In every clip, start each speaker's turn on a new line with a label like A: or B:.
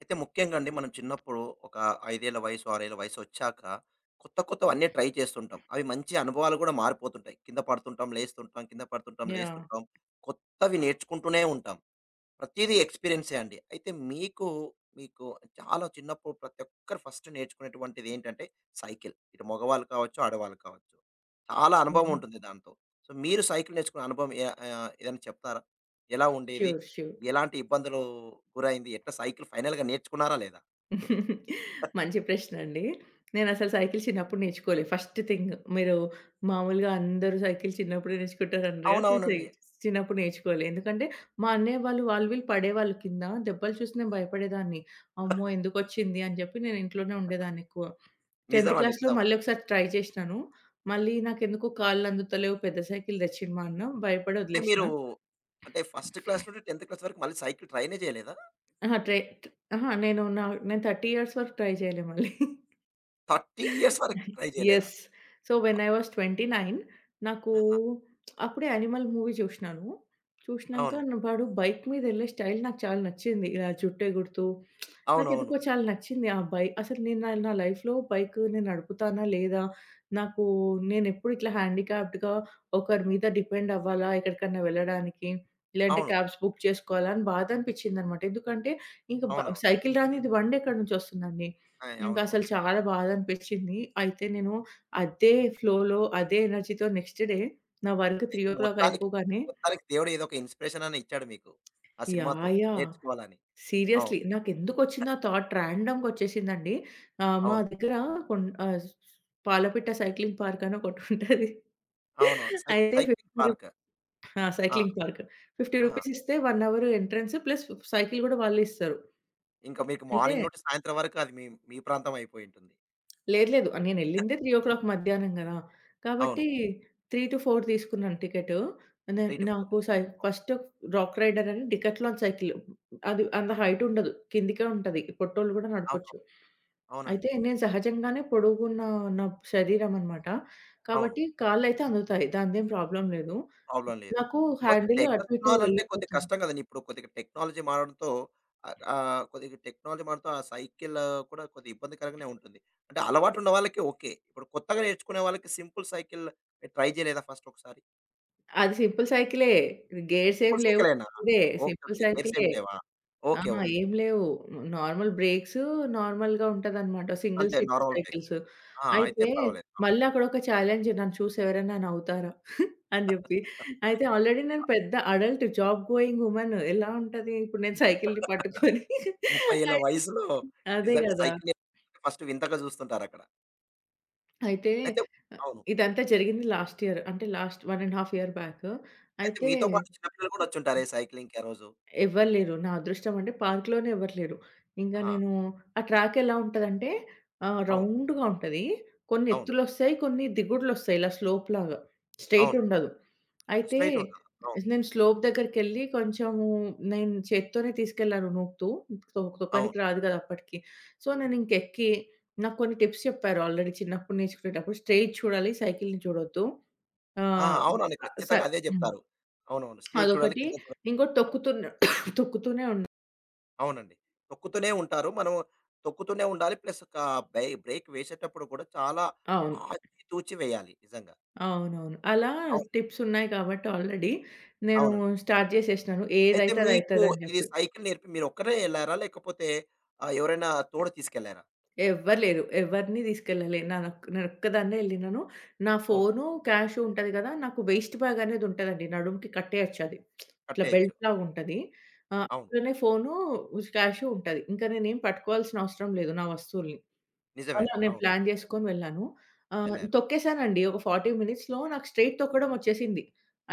A: అయితే ముఖ్యంగా అండి మనం చిన్నప్పుడు ఒక 5 ఏళ్ల వయసు, 6 ఏళ్ల వయసొచ్చాక కొత్త కొత్తవన్నీ ట్రై చేస్తుంటాం. అవి మంచి అనుభవాలు గూడా మారిపోతుంటాయి. కింద పడుతుంటాం, లేస్తుంటాం, కింద పడుతుంటాం,
B: యాహ్!
A: లేస్తుంటాం. కొత్తవి నేర్చుకుంటూనే ఉంటాం. ప్రతీదీ ఎక్స్‌పీరియన్సే అండి. అయితే మీకు చాలా చిన్నప్పుడు ప్రతి ఒక్కరు ఫస్ట్ నేర్చుకునేటువంటిదేంటంటే సైకిల్. ఇటు మగవాళ్ళు కావచ్చు, ఆడవాళ్ళు కావచ్చు. చాలా అనుభవం
B: యాహ్!
A: ఉంటుంది దాంతో. సో, మీరు సైకిల్ నేర్చుకున్న అనుభవం ఏదైనా చెప్తారా? ఎలా ఉండేది?
B: ష్యూర్. ష్యూర్.
A: ఎలాంటి ఇబ్బందులు గురైంది? ఎట్లా సైకిల్ ఫైనల్‌గా నేర్చుకున్నారా లేదా?
B: మంచి ప్రశ్న అండి. నేనసలు సైకిల్ చిన్నప్పుడు నేర్చుకోలే. ఫస్ట్ థింగ్, మీరు మామూలుగా అందరూ సైకిల్ చిన్నప్పుడే నేర్చుకుంటారన్నారు కదా! నేను సై
A: అవునవునండి.
B: చిన్నప్పుడు నేర్చుకోలే. ఎందుకంటే మా అన్నయ్య వాళ్ళు వీళ్ళు పడేవాళ్ళు కింద. దెబ్బలు చూసి నేను భయపడేదాన్ని. అమ్మో! ఎందుకొచ్చింది అని చెప్పి నేను ఇంట్లోనే ఉండేదాన్ని ఎక్కువ. 10థ్
A: నిజమండి.
B: క్లాస్‌లో
A: నిజం.
B: మళ్ళీ ఒకసారి ట్రై చేసినాను. మళ్ళీ నాకెందుకో కాళ్ళు అందుతలేవు. పెద్ద సైకిల్ తెచ్చిండు మా అన్న. భయపడి
A: అంటే
B: వదిలేసిన.
A: మీరు అంటే ఫస్ట్ క్లాస్ నుండి 10థ్ క్లాస్ వరకు మళ్ళీ సైకిల్ ట్రైనే చేయలేదా?
B: అహా! ట్రై అహా! నేను 30 ఇయర్స్ వరకు ట్రై చేయలే మళ్ళీ.
A: 30 ఇయర్స్ వరకు ట్రై చేయలేదా?
B: Yes. So,
A: uh
B: when I was 29. నాకు అప్పుడే 'యానిమల్' మూవీ చూసినాను. చూసినంక
A: అవును.
B: వాడు బైక్ మీద ఎళ్ళే స్టైల్ నాకు చాలా నచ్చింది. ఇలా జుట్టెగుడుతూ
A: అవునవును.
B: నాకెందుకో చాలా నచ్చింది ఆ బైక్. అసలు నేను నా నా లైఫ్‌లో బైక్ నేను నడుపుతానా? లేదా? నాకు నేనెప్పుడు ఇట్లా హ్యాండిక్యాప్డ్‌గా ఒకరి మీద డిపెండ్ అవ్వాలా? ఎక్కడికన్నా వెళ్ళడానికి? లేదంటే
A: అవును.
B: క్యాబ్స్ బుక్ చేసుకోవాలా? అని బాధ అనిపించిందనమాట. ఎందుకంటే ఇంక
A: అవునవును.
B: సైకిల్ రానిది ఇది బండి ఎక్కడి నుంచొస్తుందండి?
A: ఆయ్
B: ఇంకా
A: అవును.
B: అసలు చాలా బాధ అనిపించింది. అయితే నేను అదే ఫ్లోలో, అదే ఎనర్జీతో నెక్స్ట్ డే నా వర్క్
A: అయితే
B: 3:00
A: మొత్తానికి,
B: అయిపోగానే,
A: మొత్తానికి దేవుడు ఏదో ఒక ఇన్‌స్పిరేషన్ అన్న ఇచ్చాడు మీకు. ఆ సినిమాతో
B: యాహ్! యాహ్!
A: నేర్చుకోవాలని. అవును.
B: సీరియస్‌లీ, నాకెందుకొచ్చిందో ఆ థాట్ రాండమ్‌గొచ్చేసిందండి. మా
A: అవును.
B: దగ్గర కొన్ ఆహ్, పాలపిట్ట సైక్లింగ్ పార్క్ అని ఒకటుంటది.
A: అవునవును.
B: అయితే
A: సైక్లింగ్
B: 50
A: పార్క్.
B: ఆ!
A: ఆ!
B: Cycling park. 50
A: ఆ!
B: రూపీస్ ఇస్తే 1 అవర్ ఎంట్రన్స్ ప్లస్ సైకిల్ గూడా వాళ్ళే ఇస్తారు.
A: ఇంకా మీకు
B: అయితే
A: మార్నింగ్ నుండి సాయంత్రం వరకు అది మీ మీ ప్రాంతం అయిపోయి ఉంటుంది.
B: లేదు, లేదు. నేనెళ్ళిందే 3:00 మధ్యాహ్నం గదా!
A: అవును.
B: కాబట్టి 3-4 తీసుకున్నాను టికెటు. నే నాకు
A: 3-4.
B: సై
A: అవును.
B: ఫస్ట్ రాక్ రైడర్ అని డికాథ్లాన్ సైకిల్. అది అంత హైట్ ఉండదు. కిందికే ఉంటది. పొట్టోళ్ళు గూడా నడపొచ్చు.
A: అవునవును.
B: అయితే
A: అవునండి.
B: నేను సహజంగానే పొడుగున్న నా శరీరం అనమాట.
A: అవును.
B: కాబట్టి కాళ్ళైతే అందుతాయి. దానిదేం ప్రాబ్లమ్ లేదు.
A: ప్రాబ్లమ్ లేదు.
B: నాకు
A: కాపోతే
B: హ్యాండిల్ అటు ఇటు
A: డెకత్లాన్ అంటే కొద్దిగా
B: వెళ్ళిపోతుంది.
A: కష్టం కదండీ! ఇప్పుడు కొద్దిగా టెక్నాలజీ మారడంతో ఆహ్, ఆహ్, కొద్దిగా టెక్నాలజీ మారడంతో ఆ సైకిల్ కూడా కొద్దిగా ఇబ్బందికరంగానే ఉంటుంది. అంటే అలవాటు ఉన్న వాళ్ళకి ఓకే. ఇప్పుడు కొత్తగా నేర్చుకునే వాళ్ళకి సింపుల్ సైకిల్ మీరు ట్రై చేయలేదా ఫస్ట్ ఒకసారి?
B: అది సింపుల్ సైకిలే. గేర్స్
A: సింపుల్
B: ఏమి లేవు.
A: సైకిలేనా?
B: ఇదే
A: ఓకే.
B: Simple
A: okay. గేర్స్
B: సైకిలే.
A: ఏమి లేవా?
B: ఆ!
A: ఓకే. ఓకే.
B: ఏం లేవు. నార్మల్ బ్రేక్స్, నార్మల్‌గా ఉంటదనమాట. సింగిల్
A: అంతే
B: సీటర్
A: నార్మల్ బైక్స్.
B: సైకిల్స్.
A: ఆ! అయితే
B: అయితే
A: పర్వాలేదు.
B: మళ్ళీ అక్కడొక ఛాలెంజ్, నన్ను చూసి ఎవరైనా నవ్వుతారా? అని జెప్పి. అయితే ఆల్రెడీ నేను పెద్ద అడల్ట్ జాబ్ గోయింగ్ వుమన్. ఎలా ఉంటది ఇప్పుడు నేను సైకిల్‌ని
A: అవును.
B: పట్టుకొని.
A: 30 ఏళ్ల
B: అయితే
A: వయసులో
B: అదే
A: నిజంగా
B: గదా!
A: సైకిల్ ఫస్ట్ వింతగా చూస్తుంటారక్కడ.
B: అయితే
A: అయితే అవును.
B: ఇదంతా జరిగింది లాస్ట్ ఇయర్. అంటే లాస్ట్ 1 ½ ఇయర్ బ్యాక్.
A: అయితే
B: అయితే
A: మీతో పాటు చిన్నపిల్లలు కూడా వచ్చుంటారే సైక్లింగ్‌కి ఆ రోజు.
B: ఎవ్వరు లేరు. నా అదృష్టం అంటే పార్క్‌లోనే ఎవ్వరు లేరు. ఇంకా
A: ఆ!
B: నేను ఆ ట్రాక్ ఎలా ఉంటదంటే
A: అవును.
B: రౌండ్‌గా ఉంటది. కొన్ని
A: అవును.
B: ఎత్తులొస్తాయి, కొన్ని దిగుడులొస్తాయి, ఇలా స్లోప్‌లాగా. స్ట్రెయిట్
A: అవును.
B: ఉండదు. అయితే
A: స్ట్రెయిట్ ఉంటది. అవును.
B: నేను స్లోప్ దగ్గరికెళ్ళి కొంచెము నేను చేత్తోనే తీసుకెళ్ళాను నూకుతూ.
A: అవును.
B: తొక్కనికి రాదు కదా! అప్పటికి. సో, నేను ఇంక ఎక్కి, నాకు కొన్ని టిప్స్ చెప్పారు ఆల్రెడీ చిన్నప్పుడు నేర్చుకునేటప్పుడు. స్ట్రెయిట్ చూడాలి, సైకిల్‌ని చూడొద్దు.
A: ఆ!
B: ఆహ్,
A: అవునండి.
B: స
A: ఖచ్చితంగా అదే
B: హ్మ్.
A: చెప్తారు. అవునవును. స్ట్రెయిట్ చూడాలి,
B: అదొకటి.
A: కింద చూడాలి.
B: ఇంకోటి
A: అవును.
B: తొక్కుతూనే
A: అవునండి. తొక్కుతూనే ఉంటారు. మనం తొక్కుతూనే ఉండాలి. ప్లస్ ఒక బ్రేక్ వేసేటప్పుడు కూడా చాలా
B: అవును.
A: ఆచితూచి వేయాలి నిజంగా.
B: అవునవును. అలా
A: అవును.
B: టిప్సున్నాయి కాబట్టి ఆల్రెడీ నేను
A: అవునండి.
B: స్టార్ట్ చేసేసినాను.
A: అయితే
B: ఏదైతే
A: మీకు
B: అదైతదని
A: ఇది
B: జెప్పి.
A: సైకిల్ నేర్పి మీరొక్కరే ఎళ్లారా? లేకపోతే ఎవరైనా తోడు తీసుకెళ్లారా?
B: ఎవ్వరు లేరు. ఎవరిని తీసుకెళ్ళలే. నేనొక్కదాన్నే ఎళ్ళినాను. నా
A: అవును.
B: ఫోను, క్యాష్ ఉంటది గదా! నాకు వేస్ట్ బ్యాగ్ అనేది ఉంటదండి. నడుముకి కట్టేయొచ్చు అది. ఇట్లా
A: కట్టేయొచ్చు.
B: బెల్ట్ లాగుంటది.
A: అవును.
B: అందులోనే ఫోను, క్యాషు ఉంటది. ఇంకా నేనేం పట్టుకోవాల్సిన అవసరం లేదు నా వస్తువుల్ని.
A: నిజమే
B: అలా
A: అండి.
B: నేను
A: అవును.
B: ప్లాన్ జేసుకొని వెళ్ళాను.
A: వెళ్లారు.
B: తొక్కేసానండి. ఒక 40 మినిట్స్‌లో నాకు స్ట్రెయిట్ తొక్కడం ఒచ్చేసింది.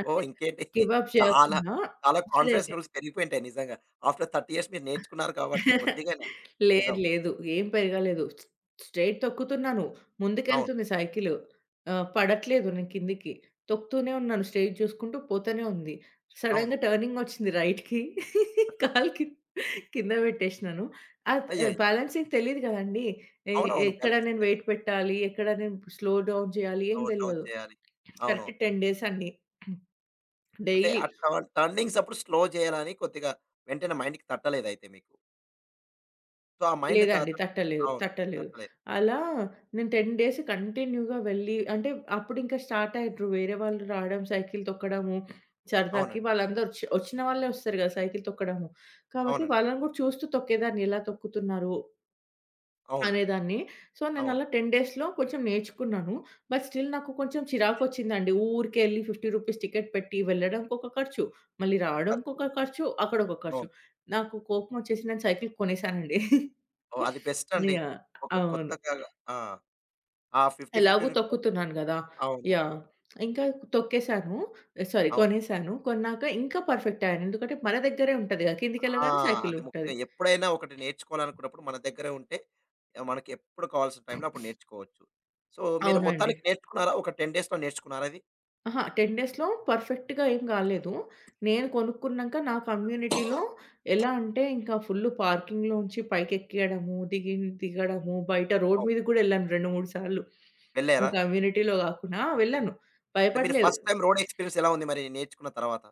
B: అంటే
A: ఓహ్! ఇంకేంటి
B: గివ్ అప్
A: చాలా,
B: చేయకుండా.
A: చాలా
B: ఫస్ట్ డే
A: కాన్ఫిడెన్స్ లెవెల్స్ పెరిగిపోయుంటాయి నిజంగా. ఆఫ్టర్ 30 ఇయర్స్ మీరు నేర్చుకున్నారు కాబట్టి కొద్దిగైనా.
B: లేదు.
A: నిజం.
B: లేదు. ఏం పెరగలేదు. స్ట్రెయిట్ తొక్కుతున్నాను.
A: అవును.
B: ముందుకెళ్తుంది సైకిలు. పడట్లేదు నేను కిందికి. తొక్కుతూనే ఉన్నాను. స్ట్రెయిట్ చూసుకుంటూ పోతూనే ఉంది.
A: అవును.
B: సడెన్‌గా టర్నింగ్ వచ్చింది రైట్‌కి. కాలు కింద పెట్టేసినాను. అద్
A: అయ్యయ్యో!
B: బ్యాలెన్సింగ్ తెలీదు కదండీ! ఎ
A: అవునవును.
B: ఎక్కడ
A: బ్యాలెన్స్
B: నేను
A: చేయాలి.
B: వెయిట్ పెట్టాలి? ఎక్కడ నేను స్లో డౌన్ చేయాలి?
A: స్లో
B: ఏం
A: డౌన్
B: తెలవదు.
A: చేయాలి.
B: కరెక్ట్
A: అవునవును.
B: 10 డేస్ అండి.
A: అంటే
B: డైలీ.
A: ఆ టర్నింగ్స్ అప్పుడు స్లో చేయాలని కొద్దిగా వెంటనే మైండ్‌కి తట్టలేదయితే మీకు. సో, ఆ మైండ్ త
B: లేదండి,
A: త
B: తట్టలేదు.
A: అవును.
B: తట్టలేదు.
A: తట్టలేదు.
B: అలా నేను 10 డేస్ కంటిన్యూగా వెళ్ళి, అంటే అప్పుడింకా స్టార్ట్ అయ్యిండ్రు వేరే వాళ్ళు రావడం, సైకిల్ తొక్కడము సరదాకి.
A: అవునండి.
B: వాళ్ళందరూ ఒచ్చి ఒచ్చిన వాళ్ళే ఒస్తారు గదా! సైకిల్ తొక్కడము. కాబట్టి
A: అవునండి.
B: వాళ్ళని గూడా చూస్తూ తొక్కేదాన్ని ఎలా తొక్కుతున్నారు?
A: అవును.
B: అనేదాన్ని. సో,
A: అవును.
B: నేనలా 10 డేస్‌లో కొంచెం నేర్చుకున్నాను. బట్ స్టిల్ నాకు కొంచెం చిరాకొచ్చిందండి. ఊరికే ఎళ్లి రూ. 50 టికెట్ పెట్టి వెళ్ళడానికి ఒక ఖర్చు, మళ్ళీ రావడానికి
A: ఖర్చు.
B: ఒక ఖర్చు, అక్కడొక
A: అవును.
B: ఖర్చు. నాకు కోపమొచ్చేసి నేను సైకిల్ కొనేసానండి.
A: ఓహ్! అది బెస్ట్ అండి.
B: యాహ్!
A: ఒక
B: అవును.
A: కొత్తగా ఆ! ఆ 50
B: ఎలాగో
A: రూ.
B: తొక్కుతున్నాను గదా!
A: అవును.
B: యాహ్! ఇంకా తొక్కేసాను. సారీ,
A: అవును.
B: కొనేసాను. కొన్నాక ఇంకా పర్ఫెక్ట్ అయ్యాను. ఎందుకంటే మన దగ్గరే ఉంటది గదా!
A: ఆ!
B: కిందకెళ్ళగానే
A: అది
B: సైకిలుంటది.
A: ముఖ్యం. ఎప్పుడైనా ఒకటి నేర్చుకోవాలనుకున్నప్పుడు మన దగ్గరే ఉంటే, ఆ, మనకి ఎప్పుడు కావాల్సిన టైంలో అప్పుడు నేర్చుకోవచ్చు. సో, మీరు
B: అవునండి.
A: మొత్తానికి నేర్చుకున్నారా? ఒక 10 డేస్‌లో నేర్చుకున్నారా అది?
B: అహా! 10 డేస్‌లో పర్ఫెక్ట్‌గా ఏం గాలేదు. నేను కొనుక్కున్నాక నా కమ్యూనిటీలో, ఎలా అంటే, ఇంకా ఫుల్ పార్కింగ్‌లోంచి పైకెక్కేయడము, దిగి దిగడము, బయట రోడ్
A: అవును.
B: మీదకి గూడా ఎళ్ళాను 2, 3 సార్లు. నా
A: వెళ్లారా?
B: కమ్యూనిటీలో గాకుండా వెళ్ళాను.
A: అంటే మీరు
B: భయపడలేదు.
A: ఫస్ట్ టైమ్ రోడ్ ఎక్స్‌పీరియన్స్ ఎలా ఉంది మరి నేర్చుకున్న తర్వాత?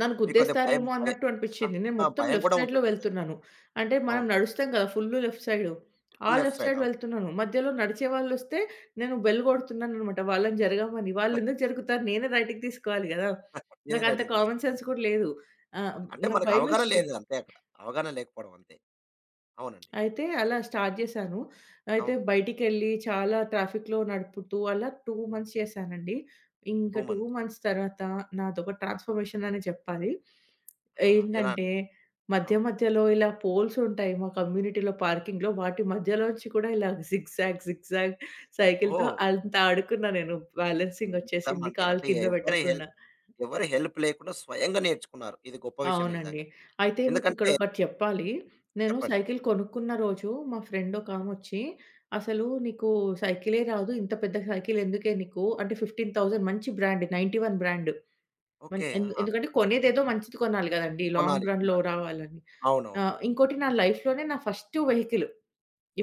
B: నన్ను
A: మీకు కొద్దిగా భయం
B: గుద్దేస్తారేమో
A: భయ
B: అన్నట్టు
A: ఆ!
B: అనిపిచ్చింది. నేను
A: ఆ!
B: మొత్తం
A: భయం
B: లెఫ్ట్
A: గూడా
B: సైడ్‌లో
A: ఉంటుంది నిజంగా.
B: వెళ్తున్నాను. అంటే మనం
A: అవును.
B: నడుస్తాం గదా! Full left side. ఆ
A: full left
B: left
A: side
B: side
A: అవును.
B: వెళ్తున్నాను. మధ్యలో నడిచేవాళ్ళొస్తే నేను బెల్ గొడుతున్నాననమాట వాళ్ళని జరగమని. వాళ్ళెందుకు జరుగుతారు? నేనే రైట్‌కి తీసుకోవాలి గదా!
A: మీరే
B: నాకంత
A: రైట్‌కి
B: కామన్
A: తీసుకోవాలి.
B: సెన్స్ కూడా లేదు. ఆహ్,
A: అంటే అంటే
B: నాకు
A: మనకు అవగాహన లేదు
B: భయమేస్తుంది.
A: అంతే అక్కడ. అవగాహన లేకపోవడం అంతే. అవునండి.
B: అయితే
A: అయితే
B: అలా స్టార్ట్ చేశాను. అయితే
A: అవును.
B: బయటికెళ్ళి చాలా ట్రాఫిక్‌లో నడుపుతూ అలా 2 మంత్స్ చేశానండి. ఇంకా
A: 2
B: 2
A: మంత్స్.
B: మంత్స్ తర్వాత నాదొక ట్రాన్స్‌ఫర్మేషన్ అనే చెప్పాలి.
A: ఆ! ఎలా?
B: ఏంటంటే మధ్య
A: అవును.
B: మధ్యలో ఇలా పోల్స్ ఉంటాయి మా కమ్యూనిటీలో పార్కింగ్‌లో, వాటి మధ్యలోంచి కూడా ఇలా జిగ్‌జాగ్, జిగ్‌జాగ్ సైకిల్‌తో
A: ఓహ్!
B: అంత ఆడుకున్నా నేను. బ్యాలెన్సింగ్ వచ్చేసింది
A: నిజమండి.
B: కాలు
A: అంటే
B: కింద
A: ఎవ్వరి హెల్ప్
B: పెట్టకుండా.
A: ఎవరి హెల్ప్ లేకుండా స్వయంగా నేర్చుకున్నారు. ఇది గొప్ప విషయమే
B: అవునండి.
A: నిజంగా.
B: అయితే
A: ఎందుకంటే
B: మీకిక్కడొకటి చెప్పాలి. నేను
A: చెప్పండి.
B: సైకిల్ కొనుక్కున్న రోజు మా ఫ్రెండ్ ఒకామొచ్చి, "అసలు నీకు సైకిలే రాదు. ఇంత పెద్ద సైకిల్ ఎందుకే నీకు?" అంటే, 15,000 మంచి బ్రాండ్ 91 బ్రాండ్. మన్
A: ఓకే.
B: ఎందు
A: ఆ!
B: ఎందుకంటే కొనేదేదో మంచిది కొనాలి గదండీ!
A: కొనాలి.
B: లాంగ్ రన్‌లో
A: కొనాలి.
B: రావాలని.
A: అవునవును.
B: ఆ! ఇంకోటి, నా లైఫ్‌లోనే నా ఫస్ట్ వెహికల్.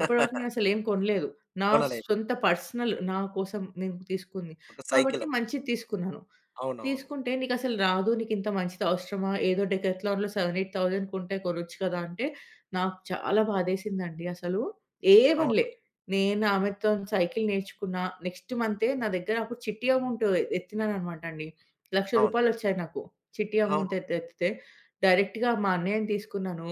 B: ఇప్పటివరకు నేనసలేం కొనలేదు. నా
A: కొనలేదు.
B: సొంత పర్సనల్ నా కోసం నేను తీసుకుంది.
A: ఒక
B: కాబట్టి
A: సైకిల్.
B: మంచిది తీసుకున్నాను.
A: అవునవును.
B: తీసుకుంటే, "నీకసలు రాదు. నీకింత మంచిది అవసరమా? ఏదో డెకాథ్లాన్‌లో 7, 8,000 కొంటే కొనొచ్చు కదా!" అంటే నాకు చాలా బాధేసిందండి అసలు. ఏ
A: అవును.
B: పనిలే. నేను ఆమెతోని సైకిల్ నేర్చుకున్నా. నెక్స్ట్ మంతే నా దగ్గర అప్పుడు చిట్టి అమౌంట్ ఎత్తినాననమాట అండి. రూ.
A: అవును.
B: 1,00,000 వచ్చాయి నాకు. చిట్టి అమౌంట్
A: అవును.
B: ఎత్తితే డైరెక్ట్‌గా మా అన్నయ్యని తీసుకున్నాను.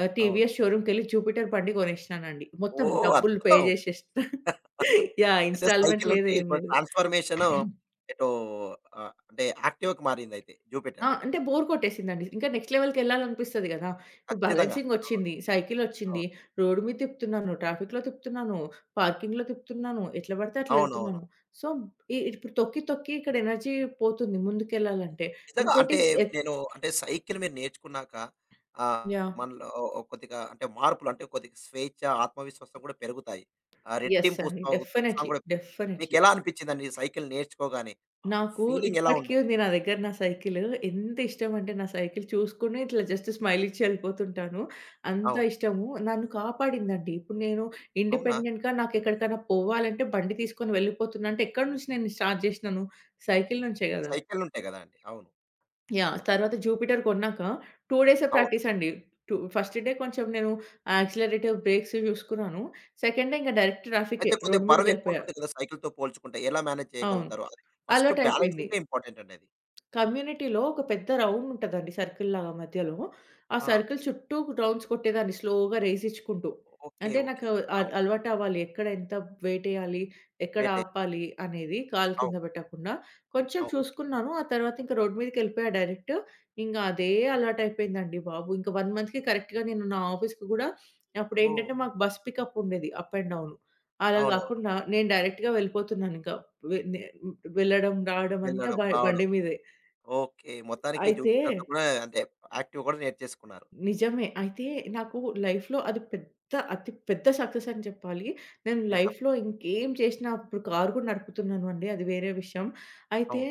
A: అవును.
B: 'టీవీఎస్' షోరూమ్‌కెళ్ళి 'జూపిటర్' బండి కొనేసినానండి. మొత్తం
A: ఓహ్!
B: డబ్బులు పే
A: అద్భుతం.
B: చేసేసినా. యాహ్!
A: అయితే
B: ఇన్‌స్టాల్‌మెంట్
A: సైకిల్
B: లేదు.
A: నుండి
B: ఏం
A: ఇప్పుడు
B: లేదు.
A: ట్రాన్స్‌ఫర్మేషను ఎటో అంటే యాక్టివాకి మారిందయితే
B: ఆ!
A: జూపిటర్.
B: అంటే బోర్ కొట్టేసిందండి. ఇంకా నెక్స్ట్ లెవెల్‌కెళ్ళాలనిపిస్తది గదా! ఇప్పుడు
A: ఖచ్చితంగా. అవును.
B: బ్యాలెన్సింగొచ్చింది, సైకిలొచ్చింది,
A: అవును.
B: రోడ్డు మీద తిప్పుతున్నాను, ట్రాఫిక్‌లో తిప్పుతున్నాను, పార్కింగ్‌లో తిప్పుతున్నాను, ఎట్లా పడితే అట్లా
A: అవునవును.
B: ఎళ్తున్నాను. సో, ఇప్పుడు తొక్కి, తొక్కి ఇక్కడ ఎనర్జీ పోతుంది ముందుకెళ్ళాలంటే.
A: నిజంగా
B: ఇంకోటి
A: అంటే
B: ఎత్
A: నేను అంటే సైకిల్ మీరు నేర్చుకున్నాక ఆహ్,
B: యాహ్!
A: మనలో ఓ కొద్దిగా అంటే మార్పులు అంటే కొద్దిగా స్వేచ్ఛ, ఆత్మవిశ్వాసం కూడా పెరుగుతాయి. ఆహ్,
B: యెస్
A: రెట్టింపు
B: అండి.
A: ఉత్సాహం
B: డెఫినైట్‌లీ.
A: కూడా
B: డెఫినైట్‌లీ.
A: మీకెలా అనిపించిందండి సైకిల్ నేర్చుకోగానే? ఆ
B: నాకు
A: ఫీలింగ్ ఎలా
B: ఇప్పటికి
A: ఉన్నది?
B: ఉంది నా దగ్గర నా సైకిల్. ఎంత ఇష్టమంటే నా సైకిల్ చూసుకొని ఇట్లా జస్ట్ స్మైల్ ఇచ్చి ఎళ్ళిపోతుంటాను. అంత
A: అవును.
B: ఇష్టము. నన్ను కాపాడిందండి. ఇప్పుడు నేను
A: అవునా?
B: ఇండిపెండెంట్‌గా నాకెక్కడికైనా పోవాలంటే బండి తీసుకొని వెళ్ళిపోతున్నా అంటే ఎక్కడి నుంచి నేను స్టార్ట్ జేసినాను? సైకిల్ నుంచే గదా!
A: సైకిల్‌లుంటాయి గదండీ! అవును.
B: యాహ్! తర్వాత
A: ఖచ్చితంగా.
B: జూపిటర్ కొన్నాక 2 డేసే
A: అవును.
B: ప్రాక్టీస్ అండి. ఫస్ట్ డే కొంచెం నేను యాక్సిలరేటివ్ బ్రేక్స్ చూసుకున్నాను. సెకండ్ డే ఇంక డైరెక్ట్ ట్రాఫికే.
A: అయితే కొద్దిగా
B: రోడ్
A: బరువు
B: మీదకెళ్ళిపోయా.
A: ఎక్కువుంటుంది కదా! సైకిల్‌తో పోల్చుకుంటే. ఎలా మేనేజ్
B: అవును.
A: చేయగలుగుతారు? అది ఫస్ట్
B: అలవాటయిపోయింది.
A: బ్యాలెన్సింగే ఇంపార్టెంట్ అండి అది.
B: కమ్యూనిటీలో ఒక పెద్ద రౌండ్ ఉంటదండి సర్కిల్‌లాగా మధ్యలో. ఆ
A: ఆ!
B: సర్కిల్ చుట్టూ రౌండ్స్ కొట్టేదాన్ని స్లోగా రేసిచ్చుకుంటూ.
A: ఓకే.
B: అంటే నాకు
A: ఓకే. అవును.
B: అలవాటవ్వాలి. ఎక్కడ ఎంత వెయిటేయాలి? ఎక్కడ
A: వెయిటేజ్.
B: ఆపాలి? అనేది కాలు కింద
A: అవును.
B: పెట్టకుండా. కొంచెం
A: అవును.
B: చూసుకున్నాను. ఆ తర్వాత ఇంక రోడ్ మీదకెళ్ళిపోయా డైరెక్ట్. ఇంగ అదే అలవాటయిపోయిందండి బాబు. ఇంక 1 మంత్‌కి కరెక్ట్‌గా నేను నా ఆఫీస్‌కి గూడా,
A: ఓహ్!
B: అప్పుడేంటంటే మాకు బస్ పికప్ ఉండేది అప్ అండ్ డౌను. అలా
A: అవునవును.
B: గాకుండా నేను డైరెక్ట్‌గా వెళ్ళిపోతున్నానింక. వె నే వెళ్ళడం, రావడం అంతా
A: వెళ్ళడం, రావడం.
B: బండి మీదే.
A: ఓకే. మొత్తానికి
B: అయితే,
A: జూపిటర్‌లో కూడా అంటే యాక్టివ్ కూడా నేర్చేసుకున్నారు.
B: నిజమే. అయితే నాకు లైఫ్‌లో అది అతి పెద్ద సక్సెస్ అని చెప్పాలి. నేను
A: నిజం.
B: లైఫ్‌లో ఇంకేం చేసినా ఇప్పుడు కారు కూడా నడుపుతున్నాను అండి. అది వేరే విషయం. అయితే
A: అవును.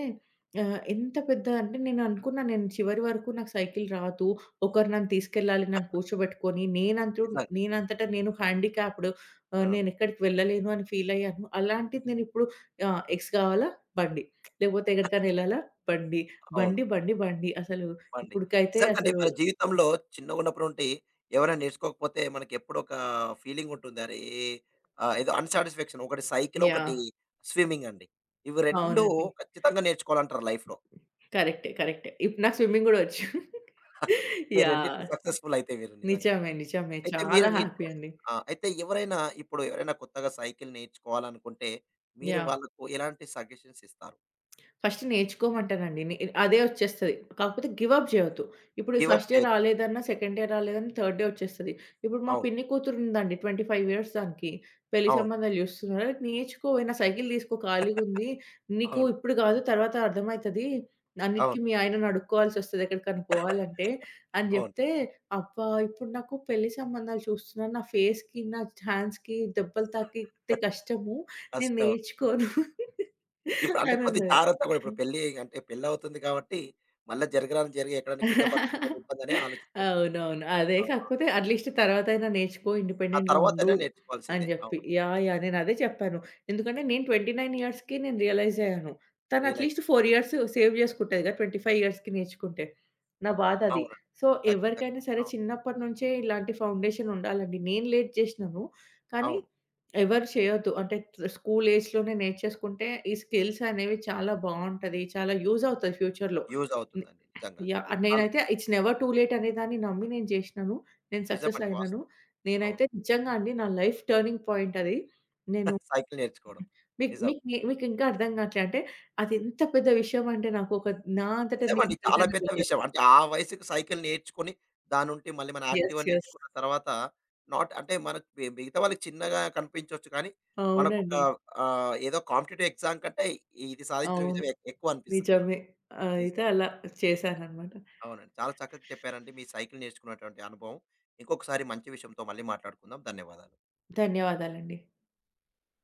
B: ఎంత పెద్ద అంటే నేను అనుకున్నా నేను చివరి వరకు నాకు సైకిల్ రాదు. ఒకరు నన్ను తీసుకెళ్ళాలి, నన్ను కూర్చోబెట్టుకొని.
A: నిజంగా.
B: నేనంతటా నేను హ్యాండిక్యాప్డ్,
A: అవును.
B: నేనెక్కడికి వెళ్ళలేను అని ఫీల్ అయ్యాను. అలాంటిది నేను ఇప్పుడు ఎక్స్ కావాలా? బండి. లేకపోతే ఎక్కడికైనా ఎళ్ళాలా? బండి.
A: అవును.
B: బండి, బండి, బండి. అసలు
A: బండి.
B: ఇప్పటికైతే
A: నిజంగండి
B: అసలు
A: మన జీవితంలో చిన్నగున్నప్పటి నుండి ఎవరైనా నేర్చుకోకపోతే మనకెప్పుడో ఒక ఫీలింగ్ ఉంటుంది. అరే! ఆహ్, ఏదో అన్‌సాటిస్‌ఫాక్షన్ ఒకటి సైకిల్,
B: యాహ్!
A: ఒకటి స్విమ్మింగ్ అండి. ఇవి 2
B: అవునండి.
A: ఖచ్చితంగా నేర్చుకోవాలంటారు లైఫ్‌లో.
B: కరెక్టే. కరెక్టే. ఇప్పుడు నాకు స్విమ్మింగ్ గూడా వచ్చు.
A: మీరు రెండిట్లో
B: యాహ్!
A: సక్సెస్‌ఫుల్ అయితే మీరు నిజంగా.
B: నిజమే. నిజమే.
A: అయితే మీరు
B: చాలా
A: నీట్.
B: హ్యాపీ అండి.
A: ఆ! అయితే ఎవరైనా కొత్తగా సైకిల్ నేర్చుకోవాలనుకుంటే మీరు
B: యాహ్!
A: వాళ్ళకు ఎలాంటి సజెషన్స్ ఇస్తారు?
B: ఫస్ట్ నేర్చుకోమంటానండి. అదే వచ్చేస్తది. కాకపోతే గివ్ అప్ చేయొద్దు. ఇప్పుడు
A: గివ్ అప్
B: ఫస్ట్ డే
A: చేయొద్దు.
B: రాలేదన్నా, సెకండ్ డే రాలేదన్నా, థర్డ్ డే వచ్చేస్తది. ఇప్పుడు మా
A: అవును.
B: పిన్ని కూతురు ఉందండి, 25 ఇయర్స్ దానికి. పెళ్లి
A: అవును.
B: సంబంధాలు చూస్తున్నారు. "అరే, నేర్చుకో ఏమైనా, సైకిల్ తీసుకో, ఖాళీగుంది. నీకు
A: అవును.
B: ఇప్పుడు కాదు తర్వాత అర్థమైతది. అన్నిటికి
A: అవును.
B: మీ ఆయనను అడుక్కోవాల్సొస్తది ఎక్కడికన్నా పోవాలంటే" అని
A: అవును.
B: చెప్తే, "అబ్బా! ఇప్పుడు నాకు పెళ్లి సంబంధాలు చూస్తున్నాను. నా ఫేస్‌కి, నా హ్యాండ్స్‌కి దెబ్బలు తాకితే కష్టము. నేను
A: కష్టం.
B: నేర్చుకోను"
A: ఇప్పుడు అంటే
B: అని
A: కొద్ది
B: అన్నది.
A: జాగ్రత్త గూడా. ఇప్పుడు పెళ్లి అంటే పెళ్లవుతుంది కాబట్టి, మళ్ళా జరగరానిది జరిగి ఎక్కడైనా కింద పడితే కదా ఇబ్బందనే ఆలోచిస్తుంటుంది.
B: అవునవును. అదే
A: అవునవును.
B: కాకపోతే అట్‌లీస్ట్ తర్వాతైనా నేర్చుకో,
A: ఆ
B: ఇండిపెండెంట్‌గా
A: తర్వాతనే
B: ఉండు అని
A: నేర్చుకోవాల్సిందే.
B: జెప్పి.
A: అవును.
B: యాహ్! యాహ్! నేనదే చెప్పాను. ఎందుకంటే నేను 29 ఇయర్స్‌కి నేను రియలైజ్ అయ్యాను. తను
A: రియలైజ్.
B: అట్‌లీస్ట్ 4 ఇయర్స్ సేవ్ జేసుకుంటదిగా 25 ఇయర్స్‌కి నేర్చుకుంటే. నా బాధది.
A: అవునండి.
B: సో,
A: ఖచ్చితంగా.
B: ఎవరికైనా సరే
A: అవును.
B: చిన్నప్పటి నుంచే ఇలాంటి ఫౌండేషన్ ఉండాలండి. నేను లేట్ జేసినాను. కానీ
A: అవును.
B: ఎవరు చేయొద్దు. అంటే స్కూల్ ఏజ్‌లోనే నేర్చేసుకుంటే ఈ స్కిల్స్ అనేవి చాలా బావుంటది. చాలా యూజ్ అవుతాయి ఫ్యూచర్‌లో.
A: యూజ్ అవుతుందండి నిజంగా.
B: యాహ్!
A: అల్.
B: నేనైతే "ఇట్స్ నెవర్ టూ లేట్" అనేదాన్ని నమ్మి నేను చేసినాను. నేను సక్సెస్
A: నిజమండి
B: అయినాను.
A: వాస్తవం. అవును.
B: నేనైతే నిజంగా అండి నా లైఫ్ టర్నింగ్ పాయింట్ అది. నేను
A: సైకిల్ నేర్చుకోవడం.
B: మీకు
A: నిజం.
B: మీకు మీకు ఇంకా అర్థం కావట్లే అంటే అది ఎంత పెద్ద విషయం అంటే నాకు ఒక, నా అంతట నేను
A: నిజమండి. చాలా
B: ఎక్కడికైనా
A: పెద్ద
B: వెళ్ళడం.
A: విషయం. అంటే ఆ వయసుకి సైకిల్ నేర్చుకొని, దానుంటి మళ్ళీ మనం యాక్టివా
B: యెస్. యెస్.
A: నేర్చుకున్న తర్వాత నాట్ అంటే మనకు మిగతా వాళ్ళకి చిన్నగా కనిపించొచ్చు కానీ, మనకొక
B: అవునండి.
A: ఆహ్, ఏదో కాంపిటీటివ్ ఎగ్జామ్ కంటే ఇది సాధించిన
B: అవును.
A: విజయం ఎక్కువ అనిపిస్తుంది మనకు.
B: నిజమే. అయితే
A: నిజం.
B: అలా చేశాననమాట.
A: అవునండి. చాలా చక్కగా చెప్పారండి. మీ సైకిల్ నేర్చుకున్నటువంటి అనుభవం. ఇంకొకసారి మంచి విషయంతో మళ్ళీ మాట్లాడుకుందాం. ధన్యవాదాలు.
B: ధన్యవాదాలండి.